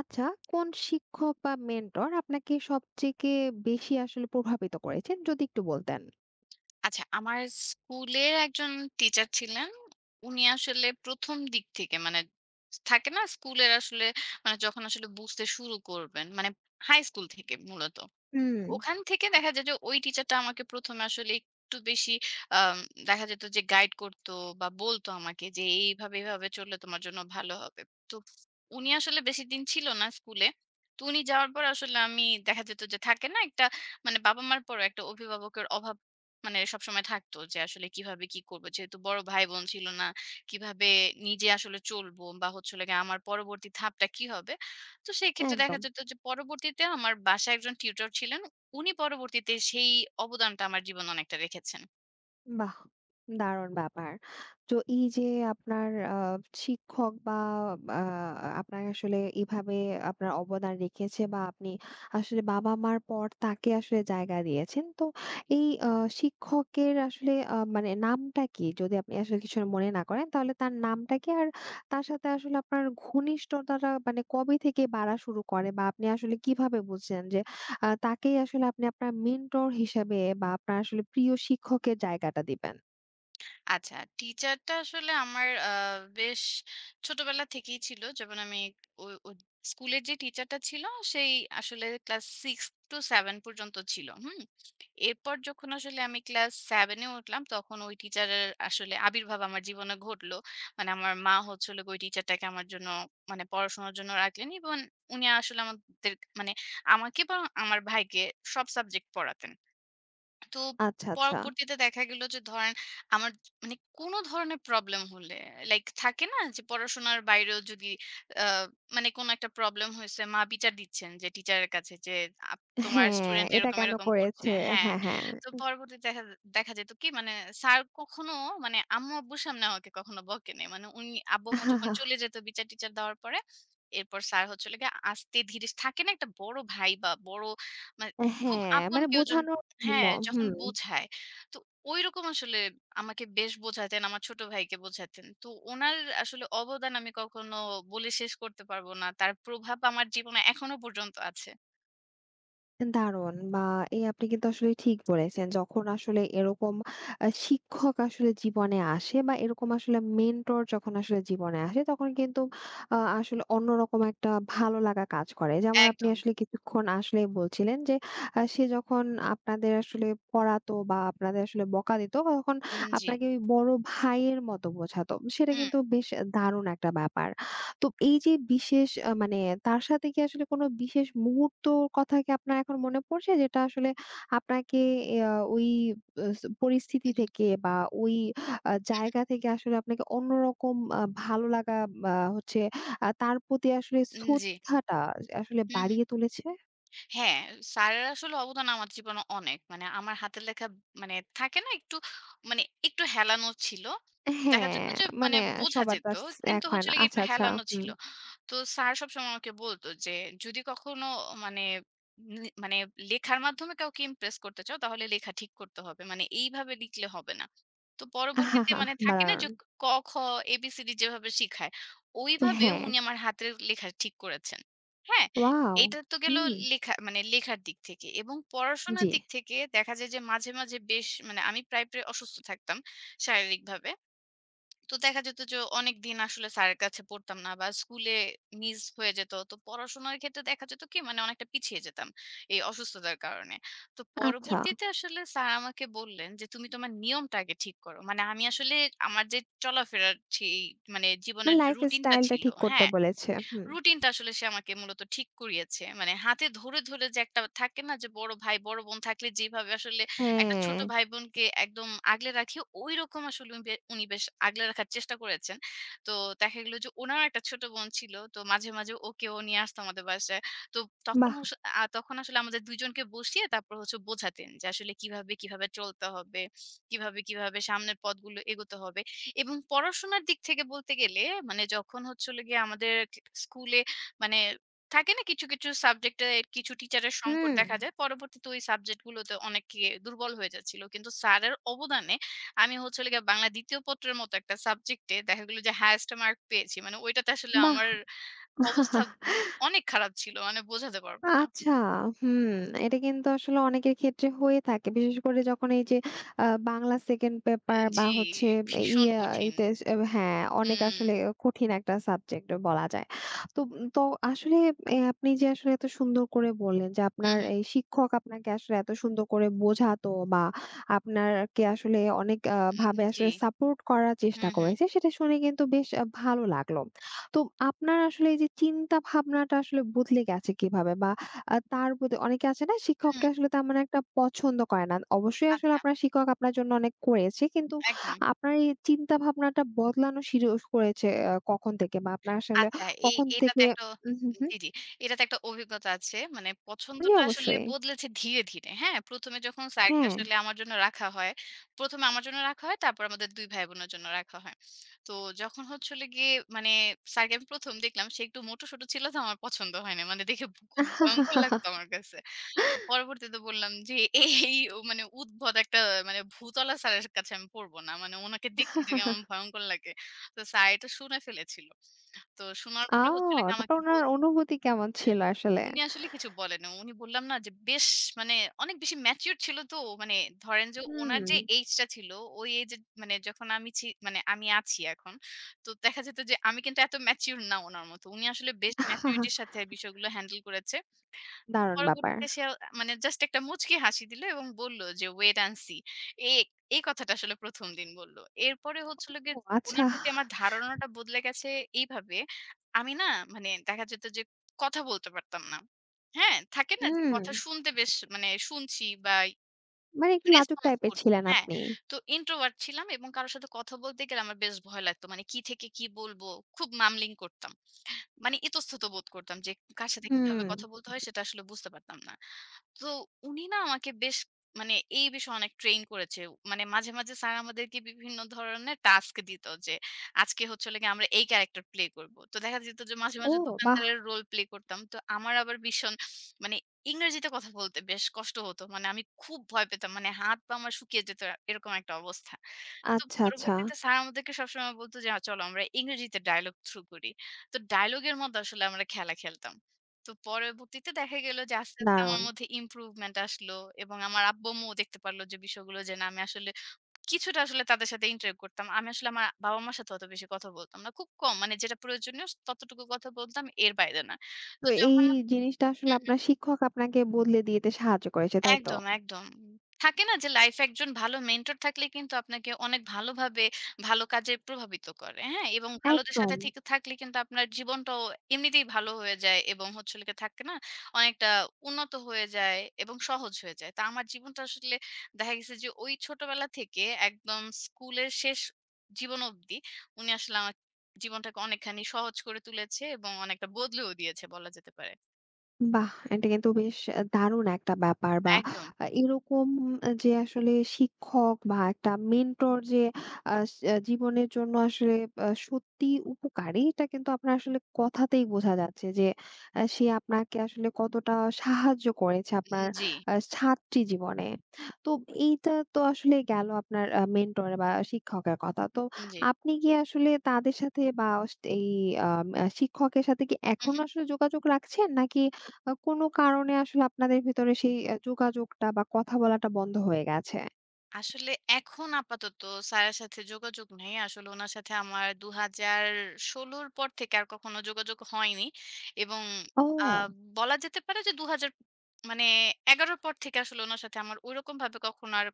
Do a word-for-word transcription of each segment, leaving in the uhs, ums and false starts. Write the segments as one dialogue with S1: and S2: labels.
S1: আচ্ছা, কোন শিক্ষক বা মেন্টর আপনাকে সবথেকে বেশি আসলে প্রভাবিত করেছেন? যদি একটু বলতেন।
S2: আচ্ছা, আমার স্কুলের একজন টিচার ছিলেন। উনি আসলে ১ম দিক থেকে মানে থাকে না স্কুলের আসলে মানে যখন আসলে বুঝতে শুরু করবেন, মানে হাই স্কুল থেকে মূলত।
S1: হুম।
S2: ওখান থেকে দেখা যায় যে ওই টিচারটা আমাকে ১ম এ আসলে একটু বেশি আম দেখা যেত যে গাইড করতো বা বলতো আমাকে যে, "এইভাবে, এভাবে চললে তোমার জন্য ভালো হবে।" তো উনি আসলে বেশিদিন ছিল না স্কুলে। তো উনি যাওয়ার পর আসলে আমি দেখা যেত যে থাকে না একটা মানে বাবা-মার পরেও একটা অভিভাবকের অভাব মানে সবসময় থাকতো যে আসলে কিভাবে কি করব? যেহেতু বড় ভাই-বোন ছিল না, কিভাবে নিজে আসলে চলবো বা হচ্ছে হলো গিয়ে আমার পরবর্তী ধাপটা কি হবে? তো সেক্ষেত্রে দেখা
S1: একদম।
S2: যেত যে পরবর্তীতে আমার বাসায় একজন টিউটর ছিলেন। উনি পরবর্তীতে সেই অবদানটা আমার জীবনে অনেকটা রেখেছেন।
S1: বাহ! দারুণ ব্যাপার। তো এই যে আপনার আ শিক্ষক বা আ আপনার আসলে এভাবে আপনার অবদান রেখেছে বা আপনি আসলে বাবা-মার পর তাকে আসলে জায়গা দিয়েছেন। তো
S2: হুম।
S1: এই আ শিক্ষকের আসলে আ মানে নামটা কি? যদি আপনি আসলে কিছু মনে না করেন তাহলে তার নামটা কি? আর তার সাথে আসলে আপনার ঘনিষ্ঠতাটা মানে কবে থেকে বাড়া শুরু করে বা আপনি আসলে কিভাবে বুঝছেন যে আ তাকেই আসলে আপনি আপনার মেন্টর হিসেবে বা আপনার আসলে প্রিয় শিক্ষকের জায়গাটা দিবেন।
S2: আচ্ছা, টিচারটা আসলে আমার আ বেশ ছোটবেলা থেকেই ছিল। যেমন আমি ও ও স্কুলের যে টিচারটা ছিল, সেই আসলে ক্লাস ছয় সাত পর্যন্ত ছিল। হুম? এরপর যখন আসলে আমি ক্লাস সাতে এ উঠলাম, তখন ওই টিচারের আসলে আবির্ভাব আমার জীবনে ঘটলো। মানে আমার মা হচ্ছে হলো গিয়ে ওই টিচারটাকে আমার জন্য মানে পড়াশোনার জন্য রাখলেন এবং উনি আসলে আমাদের মানে আমাকে এবং আমার ভাইকে সব সাবজেক্ট পড়াতেন। তো
S1: আচ্ছা, আচ্ছা।
S2: পরবর্তীতে দেখা গেল যে ধরেন আমার মানে কোনো ধরনের প্রবলেম হলে লাইক থাকে না যে পড়াশোনার বাইরেও যদি আহ, মানে কোনো একটা প্রবলেম হয়েছে মা বিচার দিচ্ছেন যে টিচারের কাছে যে আপ- তোমার
S1: হ্যাঁ,
S2: স্টুডেন্ট
S1: এটা
S2: এরকম
S1: কেন
S2: এরকম করছে
S1: করেছে?
S2: হ্যাঁ।
S1: হ্যাঁ, হ্যাঁ।
S2: তো পরবর্তীতে দেখা দেখা যেত কি মানে স্যার কখনো মানে আম্মু আব্বুর সামনে আমাকে কখনো বকেনি মানে উনি আব্বু আম্মু যখন চলে যেত বিচার টিচার দেওয়ার পরে এরপর স্যার হচ্ছে লাগে আস্তে ধীরে থাকে না একটা বড় ভাই বা বড় মানে খুব
S1: হ্যাঁ,
S2: আপন
S1: মানে
S2: কেউ,
S1: বোঝানোর জন্য।
S2: হ্যাঁ, যখন
S1: হুম।
S2: বোঝায়। তো ঐরকম আসলে আমাকে বেশ বোঝাতেন, আমার ছোট ভাইকে বোঝাতেন। তো উনার আসলে অবদান আমি কখনো বলে শেষ করতে পারব না। তার প্রভাব আমার জীবনে এখনো পর্যন্ত আছে।
S1: দারুণ! বা এই আপনি কিন্তু আসলে ঠিক বলেছেন। যখন আসলে এরকম আ শিক্ষক আসলে জীবনে আসে বা এরকম আসলে মেন্টর যখন আসলে জীবনে আসে তখন কিন্তু আ আসলে অন্যরকম একটা ভালো লাগা কাজ করে। যেমন আপনি
S2: একদম।
S1: আসলে কিছুক্ষণ আসলেই বলছিলেন যে আ সে যখন আপনাদের আসলে পড়াতো বা আপনাদের আসলে বকা দিত তখন
S2: উম জি।
S1: আপনাকে ওই বড় ভাইয়ের মতো বোঝাতো। সেটা
S2: হুম,
S1: কিন্তু বেশ দারুণ একটা ব্যাপার। তো এই যে বিশেষ আ মানে তার সাথে কি আসলে কোনো বিশেষ মুহূর্তর কথা কি আপনার এখন মনে পড়ছে? যেটা আসলে আপনাকে ইয়া ওই আস পরিস্থিতি
S2: হুম,
S1: থেকে বা ওই আ জায়গা থেকে আসলে আপনাকে অন্যরকম আ ভালো লাগা বা হচ্ছে আ তার প্রতি আসলে
S2: উম জি।
S1: শ্রদ্ধাটা আসলে
S2: হুম, হুম।
S1: বাড়িয়ে তুলেছে?
S2: হ্যাঁ, স্যারের আসলে অবদান আমার জীবনে অনেক। মানে আমার হাতের লেখা মানে থাকে না একটু মানে একটু হেলানো ছিল। দেখা
S1: হ্যাঁ,
S2: যেত যে মানে
S1: মানে
S2: বোঝা
S1: সবার তো
S2: যেত।
S1: আর স
S2: কিন্তু
S1: এক হয়
S2: হচ্ছে
S1: না।
S2: হলো গিয়ে
S1: আচ্ছা,
S2: একটু
S1: আচ্ছা।
S2: হেলানো
S1: হুম।
S2: ছিল। তো স্যার সবসময় আমাকে বলতো যে যদি কখনো মানে নি- মানে লেখার মাধ্যমে কাউকে ইমপ্রেস করতে চাও তাহলে লেখা ঠিক করতে হবে মানে এইভাবে লিখলে হবে না। তো
S1: হা হা
S2: পরবর্তীতে
S1: হা,
S2: মানে থাকে না যে
S1: দারুণ।
S2: ক খ এবিসিডি যেভাবে শিখায় ওইভাবে
S1: হ্যাঁ।
S2: উনি আমার হাতের লেখা ঠিক করেছেন, হ্যাঁ।
S1: ওয়াও!
S2: এটা তো গেল
S1: হুম,
S2: লেখা মানে লেখার দিক থেকে, এবং পড়াশোনার
S1: জি।
S2: দিক থেকে দেখা যায় যে মাঝে মাঝে বেশ মানে আমি প্রায় প্রায় অসুস্থ থাকতাম শারীরিকভাবে। তো দেখা যেত যে অনেকদিন আসলে স্যারের কাছে পড়তাম না বা স্কুলে মিস হয়ে যেত। তো পড়াশোনার ক্ষেত্রে দেখা যেত কি মানে অনেকটা পিছিয়ে যেতাম এই অসুস্থতার কারণে। তো
S1: আচ্ছা।
S2: পরবর্তীতে আসলে স্যার আমাকে বললেন যে, "তুমি তোমার নিয়মটা আগে ঠিক করো।" মানে আমি আসলে আমার যে চলাফেরার ছি মানে জীবনের
S1: মানে
S2: যে রুটিনটা
S1: লাইফস্টাইলটা
S2: ছিল,
S1: ঠিক করতে
S2: হ্যাঁ।
S1: বলেছে। হুম।
S2: রুটিনটা আসলে সে আমাকে মূলত ঠিক করিয়েছে। মানে হাতে ধরে, ধরে যে একটা থাকে না যে বড় ভাই, বড় বোন থাকলে যেভাবে আসলে একটা
S1: হ্যাঁ,
S2: ছোট ভাই-বোনকে একদম আগলে রাখি, ঐরকম আসলে উনি বে উনি বেশ আগলে রাখার চেষ্টা করেছেন। তো দেখা গেল যে উনারও একটা ছোট বোন ছিল। তো মাঝে, মাঝে ওকেও নিয়ে আসতো আমাদের বাসায়। তো তখন
S1: বাহ!
S2: হস আ তখন আসলে আমাদের দুই জনকে বসিয়ে তারপর হচ্ছে বোঝাতেন যে আসলে কিভাবে, কিভাবে চলতে হবে, কিভাবে, কিভাবে সামনের পথগুলো এগোতে হবে। এবং পড়াশোনার দিক থেকে বলতে গেলে মানে যখন হচ্ছে হলো গিয়ে আমাদের স্কুলে মানে থাকে না কিছু, কিছু সাবজেক্টে কিছু টিচারের সংকট
S1: হুম।
S2: দেখা যায়। পরবর্তীতে ওই সাবজেক্ট গুলোতে অনেকে দুর্বল হয়ে যাচ্ছিল। কিন্তু স্যারের অবদানে আমি হচ্ছে হলো গিয়ে বাংলা ২য় পত্রের মতো একটা সাবজেক্টে দেখা গেল যে হাইয়েস্ট মার্ক পেয়েছি। মানে ওইটাতে আসলে
S1: বাহ!
S2: আমার অবস্থা ব অনেক খারাপ ছিল। মানে বোঝাতে পারব না।
S1: আচ্ছা, হুম। এটা কিন্তু আসলে অনেকের ক্ষেত্রে হয়ে থাকে। বিশেষ করে যখন এই যে আ বাংলা সেকেন্ড পেপার বা
S2: জি,
S1: হচ্ছে
S2: ভীষণ
S1: ইয়া
S2: কঠিন।
S1: এতে আহ, হ্যাঁ, অনেক
S2: হুম,
S1: আসলে কঠিন একটা সাবজেক্ট বলা যায়। তো তো আসলে এ আপনি যে আসলে এত সুন্দর করে বললেন যে
S2: হুম,
S1: আপনার
S2: হুম।
S1: এই শিক্ষক আপনাকে আসলে এত সুন্দর করে বোঝাতো বা আপনারকে আসলে অনেক আ
S2: হুম,
S1: ভাবে
S2: জি।
S1: আসলে সাপোর্ট করার চেষ্টা
S2: হুম, হুম,
S1: করেছে সেটা শুনে কিন্তু বেশ আ ভালো লাগলো। তো আপনার আসলে এই যে চিন্তা ভাবনাটা আসলে বদলে গেছে কিভাবে? বা আ তার প্রতি অনেকে আছে না
S2: হুম।
S1: শিক্ষককে আসলে তেমন একটা পছন্দ করে না। অবশ্যই আসলে
S2: আচ্ছা,
S1: আপনার শিক্ষক আপনার জন্য অনেক করেছে। কিন্তু
S2: একদম।
S1: আপনার এই চিন্তা ভাবনাটা বদলানো শুরু করেছে আ কখন থেকে? বা আপনার আসলে
S2: আচ্ছা, এই
S1: কখন
S2: এটাতে
S1: থেকে
S2: একটা
S1: উম হুম, হুম।
S2: জি, জি। এটাতে একটা অভিজ্ঞতা আছে। মানে
S1: জি,
S2: পছন্দটা আসলে
S1: অবশ্যই।
S2: বদলেছে ধীরে, ধীরে। হ্যাঁ? ১ম এ যখন স্যারকে
S1: হ্যাঁ।
S2: আসলে আমার জন্য রাখা হয়, ১ম এ আমার জন্য রাখা হয়, তারপর আমাদের দুই ভাই-বোনের জন্য রাখা হয়। তো যখন হচ্ছে হলো গিয়ে মানে স্যারকে আমি ১ম দেখলাম, সে একটু মোটো-সোটো ছিল তো আমার পছন্দ হয় না। মানে দেখে খুব ভয়ংকর লাগতো আমার কাছে। পরবর্তীতে বললাম যে, "এই, এই ও মানে উদ্ভট একটা মানে ভূতলা স্যারের কাছে আমি পড়ব না। মানে উনাকে দেখতে তো কেমন ভয়ংকর লাগে।" তো স্যার এটা শুনে ফেলেছিল। তো শোনার
S1: ও!
S2: পরে হচ্ছে হলো গিয়ে
S1: তারপর
S2: আমাকে বল
S1: উনার অনুভূতি কেমন ছিল আসলে?
S2: উনি আসলে কিছু বলেনি। উনি বললাম না যে বেশ মানে অনেক বেশি ম্যাচিউরড ছিল তো মানে ধরেন যে উনার
S1: হুম।
S2: যে এইজটা ছিল ওই এইজে মানে যখন আমি ছি মানে আমি আছি এখন। তো দেখা যেত যে আমি কিন্তু এত ম্যাচিউর না উনার মতো। উনি আসলে বেশ
S1: হাহা,
S2: ম্যাচুরিটির সাথে বিষয়গুলো হ্যান্ডেল করেছে। তো
S1: দারুণ ব্যাপার।
S2: পরবর্তীতে সে আ মানে জাস্ট একটা মুচকি হাসি দিল এবং বলল যে, "ওয়েট অ্যান্ড সি।" এই এই কথাটা আসলে ১ম দিন বলল। এরপরে হচ্ছে হলো গিয়ে
S1: ও আচ্ছা।
S2: উনার প্রতি আমার ধারণাটা বদলে গেছে এইভাবে, আমি না মানে দেখা যেত যে কথা বলতে পারতাম না। হ্যাঁ? থাকে না যে
S1: হুম।
S2: কথা শুনতে বেশ মানে শুনছি বা
S1: মানে একটু লাজুক
S2: রেসপন্স
S1: টাইপের
S2: করছি।
S1: ছিলেন
S2: হ্যাঁ?
S1: আপনি।
S2: তো ইন্ট্রোভার্ট ছিলাম এবং কারো সাথে কথা বলতে গেলে আমার বেশ ভয় লাগতো। মানে কি থেকে কি বলবো? খুব মামলিং করতাম। মানে ইতস্তত বোধ করতাম যে কার সাথে কিভাবে
S1: হুম।
S2: কথা বলতে হয় সেটা আসলে বুঝতে পারতাম না। তো উনি না আমাকে বেশ মানে এই বিষয়ে অনেক ট্রেইন করেছে। মানে মাঝে, মাঝে স্যার আমাদেরকে বিভিন্ন ধরনের টাস্ক দিত যে আজকে হচ্ছে হলো গিয়ে আমরা এই ক্যারাক্টার প্লে করব। তো দেখা যেত যে মাঝে,
S1: ও
S2: মাঝে
S1: বাহ!
S2: দোকানদারের রোল প্লে করতাম। তো আমার আবার ভীষণ মানে ইংরেজিতে কথা বলতে বেশ কষ্ট হতো। মানে আমি খুব ভয় পেতাম। মানে হাত পা আমার শুকিয়ে যেত এরকম একটা অবস্থা। তো
S1: আচ্ছা, আচ্ছা।
S2: পরবর্তীতে স্যার আমাদেরকে সবসময় বলত যে "আ, চলো আমরা ইংরেজিতে ডায়ালগ থ্রু করি।" তো ডায়ালগের মধ্যে আসলে আমরা খেলা খেলতাম। তো পরবর্তীতে দেখা গেল যে আস্তে, আস্তে আমার
S1: দারুণ।
S2: মধ্যে ইমপ্রুভমেন্ট আসলো এবং আমার আব্বু-আম্মুও দেখতে পারল যে বিষয়গুলো যে না আমি আসলে কিছুটা আসলে তাদের সাথে ইন্টারেক্ট করতাম। আমি আসলে আমার বাবা-মার সাথে অত বেশি কথা বলতাম না। খুব কম মানে যেটা প্রয়োজনীয় ততটুকু কথা বলতাম এর বাইরে না।
S1: তো
S2: তো
S1: এই
S2: যখন
S1: জিনিসটা আসলে
S2: হুম,
S1: আপনার শিক্ষক আপনাকে বদলে দিতে সাহায্য করেছে, তাই তো?
S2: একদম, একদম। থাকে না যে লাইফে একজন ভালো মেন্টর থাকলে কিন্তু আপনাকে অনেক ভালোভাবে ভালো কাজে প্রভাবিত করে। হ্যাঁ? এবং ভালোদের সাথে
S1: একদম।
S2: ঠিক থাকলে কিন্তু আপনার জীবনটাও এমনিতেই ভালো হয়ে যায় এবং হচ্ছে হলো গিয়ে থাকে না? অনেকটা উন্নত হয়ে যায় এবং সহজ হয়ে যায়। তো আমার জীবনটা আসলে দেখা গেছে যে ওই ছোটবেলা থেকে একদম স্কুলের শেষ জীবন অবধি উনি আসলে আমার জীবনটাকে অনেকখানি সহজ করে তুলেছে এবং অনেকটা বদলেও দিয়েছে বলা যেতে পারে।
S1: বাহ! এটা কিন্তু বেশ দারুণ একটা ব্যাপার বা
S2: একদম।
S1: আ এরকম যে আসলে শিক্ষক বা একটা মেন্টর যে আ আ জীবনের জন্য আসলে আ সত্যিই উপকারী এটা কিন্তু আপনার আসলে কথাতেই বোঝা যাচ্ছে যে আ সে আপনাকে আসলে কতটা সাহায্য করেছে
S2: উম
S1: আপনার
S2: জি,
S1: আ ছাত্রী জীবনে। তো এইটা তো আসলে গেল আপনার আ মেন্টর বা শিক্ষকের কথা। তো
S2: উম জি।
S1: আপনি কি আসলে তাদের সাথে বা এই আ শিক্ষকের সাথে কি এখনো আসলে যোগাযোগ রাখছেন? নাকি আ কোনো কারণে আসলে আপনাদের ভেতরে সেই আ যোগাযোগটা বা কথা বলাটা বন্ধ হয়ে গেছে।
S2: আসলে এখন আপাতত স্যারের সাথে যোগাযোগ নেই। আসলে উনার সাথে আমার দুই হাজার ষোলো র পর থেকে আর কখনো যোগাযোগ হয়নি। এবং আ
S1: ও!
S2: বলা যেতে পারে যে দুই হাজার মানে এগারো র পর থেকে আসলে উনার সাথে আমার ঐরকমভাবে কখনো আর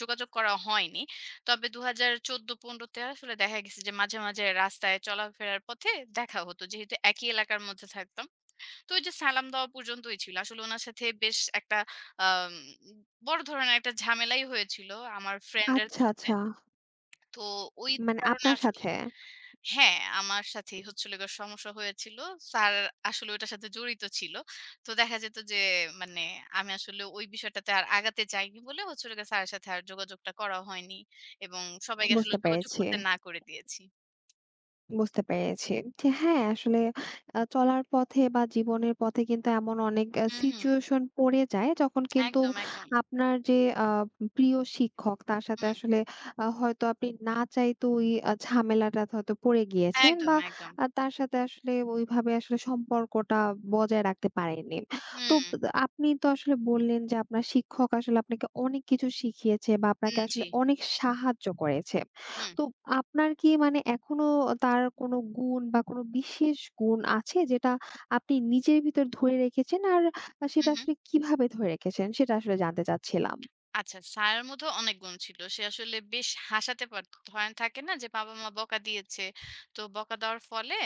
S2: যোগাযোগ করা হয়নি। তবে দুই হাজার চৌদ্দ পনেরো তে আসলে দেখা গেছে যে মাঝে, মাঝে রাস্তায় চলাফেরার পথে দেখা হতো। যেহেতু একই এলাকার মধ্যে থাকতাম। তো ওই যে সালাম দেওয়া পর্যন্তই ছিল। আসলে উনার সাথে বেশ একটা আম বড় ধরনের একটা ঝামেলাই হয়েছিল আমার ফ্রেন্ডের
S1: আচ্ছা,
S2: থ্রুতে।
S1: আচ্ছা।
S2: তো ওই
S1: মানে
S2: কারণে
S1: আপনার
S2: আসলে
S1: সাথে?
S2: হ্যাঁ, আমার সাথেই হচ্ছিল গিয়ে সমস্যা হয়েছিল। স্যার আসলে ওইটার সাথে জড়িত ছিল। তো দেখা যেত যে মানে আমি আসলে ওই বিষয়টাতে আর আগাতে যাইনি বলে হচ্ছিল গিয়ে স্যারের সাথে আর যোগাযোগটা করা হয়নি এবং সবাইকে আসলে
S1: বুঝতে
S2: যোগাযোগ
S1: পেরেছি।
S2: করতে না করে দিয়েছি।
S1: বুঝতে পেরেছি। যে হ্যাঁ, আসলে আ চলার পথে বা জীবনের পথে কিন্তু এমন অনেক আ
S2: হুম, হুম।
S1: সিচুয়েশন পড়ে যায় যখন কিন্তু
S2: একদম, একদম।
S1: আপনার যে আ প্রিয় শিক্ষক তার সাথে
S2: হুম।
S1: আসলে আ হয়তো আপনি না চাইতেও ওই আ ঝামেলাটা হয়তো পড়ে গিয়েছিলেন
S2: একদম,
S1: বা
S2: একদম।
S1: আ তার সাথে আসলে ওইভাবে আসলে সম্পর্কটা বজায় রাখতে পারেননি। তো
S2: হুম।
S1: আপনি তো আসলে বললেন যে আপনার শিক্ষক আসলে আপনাকে অনেক কিছু শিখিয়েছে বা আপনাকে
S2: উম জি।
S1: আসলে অনেক সাহায্য করেছে।
S2: হুম।
S1: তো আপনার কি মানে এখনো তার কোনো গুণ বা কোনো বিশেষ গুণ আছে যেটা আপনি নিজের ভিতর ধরে রেখেছেন আর
S2: হু,
S1: সেটা
S2: হু।
S1: আসলে কিভাবে ধরে রেখেছেন সেটা আসলে জানতে চাচ্ছিলাম।
S2: আচ্ছা, স্যারের মধ্যেও অনেক গুণ ছিল। সে আসলে বেশ হাসাতে পারত। ধরেন থাকে না যে বাবা-মা বকা দিয়েছে। তো বকা দেওয়ার ফলে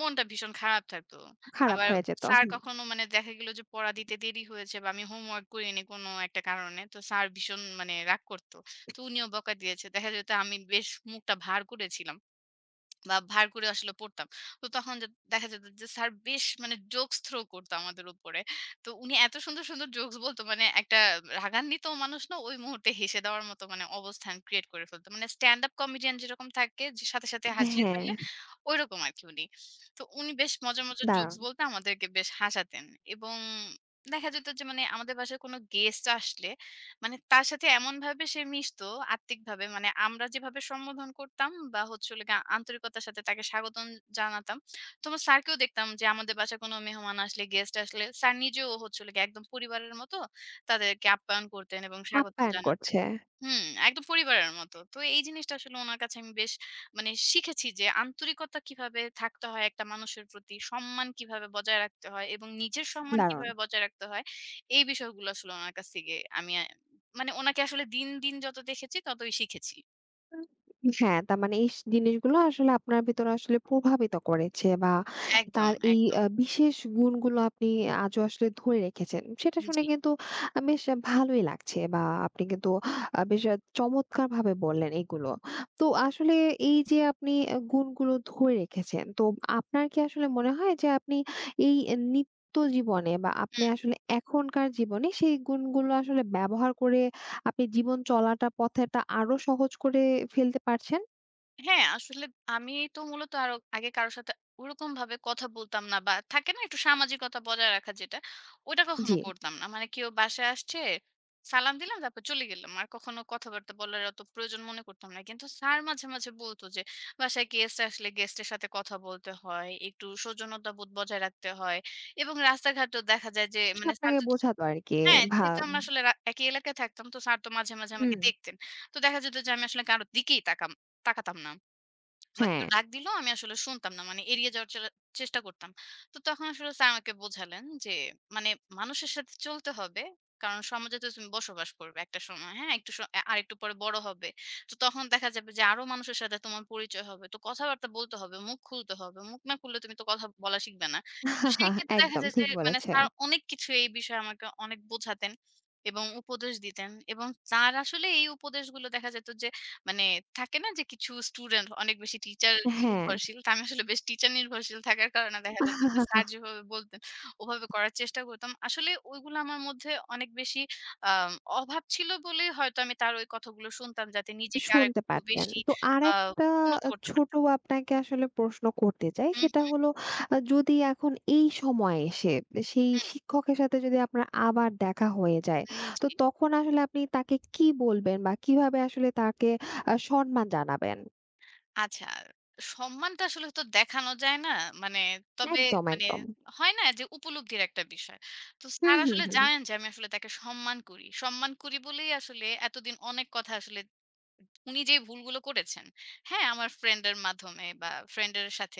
S2: মনটা ভীষণ খারাপ থাকতো।
S1: খারাপ
S2: আবার
S1: হয়ে
S2: হুম।
S1: যেত।
S2: স্যার
S1: হুম।
S2: কখনো মানে দেখা গেল যে পড়া দিতে দেরি হয়েছে বা আমি হোমওয়ার্ক করিনি কোনো একটা কারণে। তো স্যার ভীষণ মানে রাগ করত। তো উনিও বকা দিয়েছে। দেখা যেত আমি বেশ মুখটা ভার করেছিলাম। বা ভার করে আসলে পড়তাম। তো তখন যে দেখা যেত যে স্যার বেশ মানে জোকস থ্রো করতো আমাদের উপরে। তো উনি এত সুন্দর, সুন্দর জোকস বলতো মানে একটা রাগান্বিত মানুষ না ওই মুহূর্তে হেসে দেওয়ার মতো মানে অবস্থান ক্রিয়েট করে ফেলতো। মানে স্ট্যান্ড আপ কমেডিয়ান যেরকম থাকে যে সাথে, সাথে হুম। হাসিয়ে
S1: হ্যাঁ,
S2: ফেলে ঐরকম আরকি উনি। তো উনি বেশ মজার, মজার জোকস
S1: দারুণ।
S2: বলতে আমাদেরকে বেশ হাসাতেন এবং দেখা যেত যে মানে আমাদের বাসায় কোনো গেস্ট আসলে মানে তার সাথে এমনভাবে সে মিশতো আত্মিকভাবে মানে আমরা যেভাবে সম্বোধন করতাম বা হচ্ছে হলো গিয়ে আন্তরিকতার সাথে তাকে স্বাগতম জানাতাম। তো আমার স্যারকেও দেখতাম যে আমাদের বাসায় কোনো মেহমান আসলে, গেস্ট আসলে স্যার নিজেও হচ্ছে হলো গিয়ে একদম পরিবারের মতো তাদেরকে আপ্যায়ন করতেন এবং স্বাগতম
S1: আপ্যায়ন
S2: জানাতেন।
S1: করছে।
S2: হুম, একদম পরিবারের মতো। তো এই জিনিসটা আসলে উনার কাছে আমি বেশ মানে শিখেছি যে আন্তরিকতা কিভাবে থাকতে হয় একটা মানুষের প্রতি, সম্মান কিভাবে বজায় রাখতে হয় এবং নিজের আচ্ছা। সম্মান
S1: দারুণ।
S2: কিভাবে বজায় রাখতে হয়। এই বিষয়গুলো আসলে উনার কাছ থেকে আমি আ মানে উনাকে আসলে দিন, দিন যত দেখেছি ততই শিখেছি।
S1: হ্যাঁ, তার মানে এই স জিনিসগুলো আসলে আপনার ভেতরে আসলে প্রভাবিত করেছে বা
S2: একদম,
S1: তার এই
S2: একদম।
S1: আ বিশেষ গুণগুলো আপনি আজও আসলে ধরে রেখেছেন। সেটা শুনে
S2: জি।
S1: কিন্তু আ বেশ ভালোই লাগছে বা আপনি কিন্তু আ বেশ আ চমৎকারভাবে বললেন এগুলো। তো আসলে এই যে আপনি আ গুণগুলো ধরে রেখেছেন, তো আপনার কি আসলে মনে হয় যে আপনি এই এ নিত্য জীবনে বা আপনি আসলে এখনকার জীবনে সেই গুণগুলো আসলে ব্যবহার করে আপনি জীবন চলাটা পথেটা আরো সহজ করে ফেলতে পারছেন।
S2: হ্যাঁ, আসলে আমি তো মূলত আরো আগে কারো সাথে ওরকমভাবে কথা বলতাম না বা থাকে না একটু সামাজিকতা বজায় রাখা যেটা, ওটা কখনো
S1: জি।
S2: করতাম না। মানে কেউ বাসায় আসছে, সালাম দিলাম তারপর চলে গেলাম। আর কখনো কথাবার্তা বলার অত প্রয়োজন মনে করতাম না। কিন্তু স্যার মাঝে, মাঝে বলতো যে বাসায় গেস্ট আসলে গেস্টের সাথে কথা বলতে হয়, একটু সৌজন্যতাবোধ বজায় রাখতে হয় এবং রাস্তাঘাটেও দেখা যায় যে
S1: আসলে
S2: মানে স্যার
S1: আপনাকে
S2: তো
S1: বোঝাতো আরকি।
S2: হ্যাঁ,
S1: ভা
S2: যেহেতু আমরা আসলে রা একই এলাকায় থাকতাম তো স্যার তো মাঝে, মাঝে আমাকে
S1: হুম।
S2: দেখতেন। তো দেখা যেত যে আমি আসলে কারো দিকেই তাকাম তাকাতাম না। বা
S1: হ্যাঁ,
S2: কেউ ডাক দিলো আমি আসলে শুনতাম না। মানে এড়িয়ে যাওয়ার চে চেষ্টা করতাম। তো তখন আসলে স্যার আমাকে বোঝালেন যে মানে মানুষের সাথে চলতে হবে। কারণ সমাজে তো তুমি বসবাস করবে একটা সময়। হ্যাঁ? একটু স আরেকটু পরে বড় হবে। তো তখন দেখা যাবে যে আরো মানুষের সাথে তোমার পরিচয় হবে। তো কথাবার্তা বলতে হবে, মুখ খুলতে হবে। মুখ না খুললে তুমি তো কথা বলা শিখবে না। তো সেই ক্ষেত্রে দেখা
S1: একদম
S2: যায় যে
S1: ঠিক
S2: মানে
S1: বলেছে।
S2: স্যার অনেক কিছু এই বিষয়ে আমাকে অনেক বোঝাতেন এবং উপদেশ দিতেন এবং তার আসলে এই উপদেশগুলো দেখা যেত যে মানে থাকে না যে কিছু স্টুডেন্ট অনেক বেশি টিচার
S1: হ্যাঁ,
S2: নির্ভরশীল। তা আমি আসলে বেশ টিচার নির্ভরশীল থাকার কারণে দেখা যেত যে স্যার যেভাবে বলতেন ওভাবে করার চেষ্টা করতাম। আসলে ওইগুলো আমার মধ্যে অনেক বেশি আম অভাব ছিল বলেই হয়তো আমি তার ওই কথাগুলো শুনতাম যাতে নিজেকে
S1: শুনতে
S2: আরেকটু
S1: পারতেন।
S2: বেশি
S1: তো
S2: আ
S1: আরেকটা
S2: উন্নত
S1: আ
S2: করতে
S1: ছোট
S2: পারতাম।
S1: আপনাকে আসলে প্রশ্ন করতে চাই।
S2: হুম,
S1: সেটা হলো আ যদি এখন এই সময়ে এসে সেই
S2: হুম,
S1: শিক্ষকের সাথে যদি আপনার আবার দেখা হয়ে যায়,
S2: হুম,
S1: তো
S2: জি।
S1: তখন আসলে আপনি তাকে কি বলবেন বা কিভাবে আসলে তাকে আ সম্মান জানাবেন?
S2: আচ্ছা, সম্মানটা আসলে তো দেখানো যায় না। মানে তবে
S1: একদম,
S2: মানে
S1: একদম।
S2: হয় না যে উপলব্ধির একটা বিষয়। তো
S1: হুম,
S2: স্যার
S1: হুম,
S2: আসলে
S1: হুম।
S2: জানেন যে আমি আসলে তাকে সম্মান করি। সম্মান করি বলেই আসলে এতদিন অনেক কথা আসলে উনি যে ভুলগুলো করেছেন, হ্যাঁ? আমার ফ্রেন্ডের মাধ্যমে বা ফ্রেন্ডের সাথে।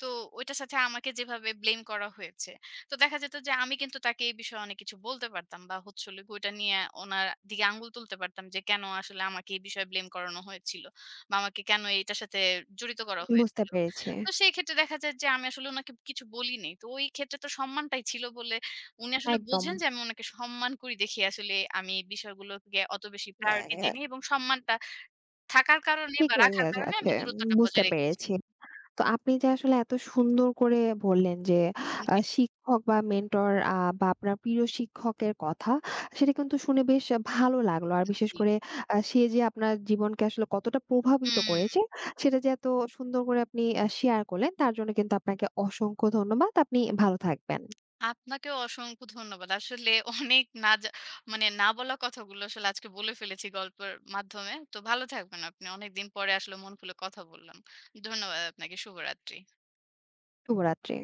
S2: তো ওইটার সাথে আমাকে যেভাবে ব্লেম করা হয়েছে, তো দেখা যেত যে আমি কিন্তু তাকে এই বিষয়ে অনেক কিছু বলতে পারতাম বা হচ্ছে হলো গিয়ে ওইটা নিয়ে ওনার দিকে আঙুল তুলতে পারতাম যে কেন আসলে আমাকে এই বিষয়ে ব্লেম করানো হয়েছিল বা আমাকে কেন এটার সাথে জড়িত করা
S1: বুঝতে
S2: হয়েছিল।
S1: পেরেছি।
S2: তো সেই ক্ষেত্রে দেখা যায় যে আমি আসলে ওনাকে কিছু বলিনি। তো ওই ক্ষেত্রে তো সম্মানটাই ছিল বলে উনি আসলে
S1: একদম।
S2: বোঝেন যে আমি ওনাকে সম্মান করি দেখি আসলে আমি এই বিষয়গুলোকে অত বেশি
S1: ইয়া
S2: প্রায়োরিটি
S1: ইয়া
S2: দিইনি এবং সম্মানটা থাকার কারণে বা
S1: ঠিকই
S2: রাখার
S1: আছে
S2: কারণে
S1: আছে।
S2: আমি দূরত্বটা
S1: বুঝতে
S2: বজায় রেখেছি।
S1: পেরেছি। তো আপনি যে আসলে এত সুন্দর করে বললেন যে আ শিক্ষক বা মেন্টর আ বা আপনার প্রিয় শিক্ষকের কথা, সেটা কিন্তু শুনে বেশ ভালো লাগলো। আর
S2: জি,
S1: বিশেষ
S2: জি।
S1: করে আ সে যে আপনার জীবনকে আসলে কতটা প্রভাবিত
S2: হুম,
S1: করেছে, সেটা যে এত সুন্দর করে আপনি আ শেয়ার করলেন, তার জন্য কিন্তু আপনাকে অসংখ্য ধন্যবাদ। আপনি ভালো থাকবেন।
S2: আপনাকেও অসংখ্য ধন্যবাদ। আসলে অনেক না জা মানে না বলা কথাগুলো আসলে আজকে বলে ফেলেছি গল্পের মাধ্যমে। তো ভালো থাকবেন আপনি। অনেকদিন পরে আসলে মন খুলে কথা বললাম। ধন্যবাদ আপনাকে। শুভরাত্রি।
S1: শুভরাত্রি।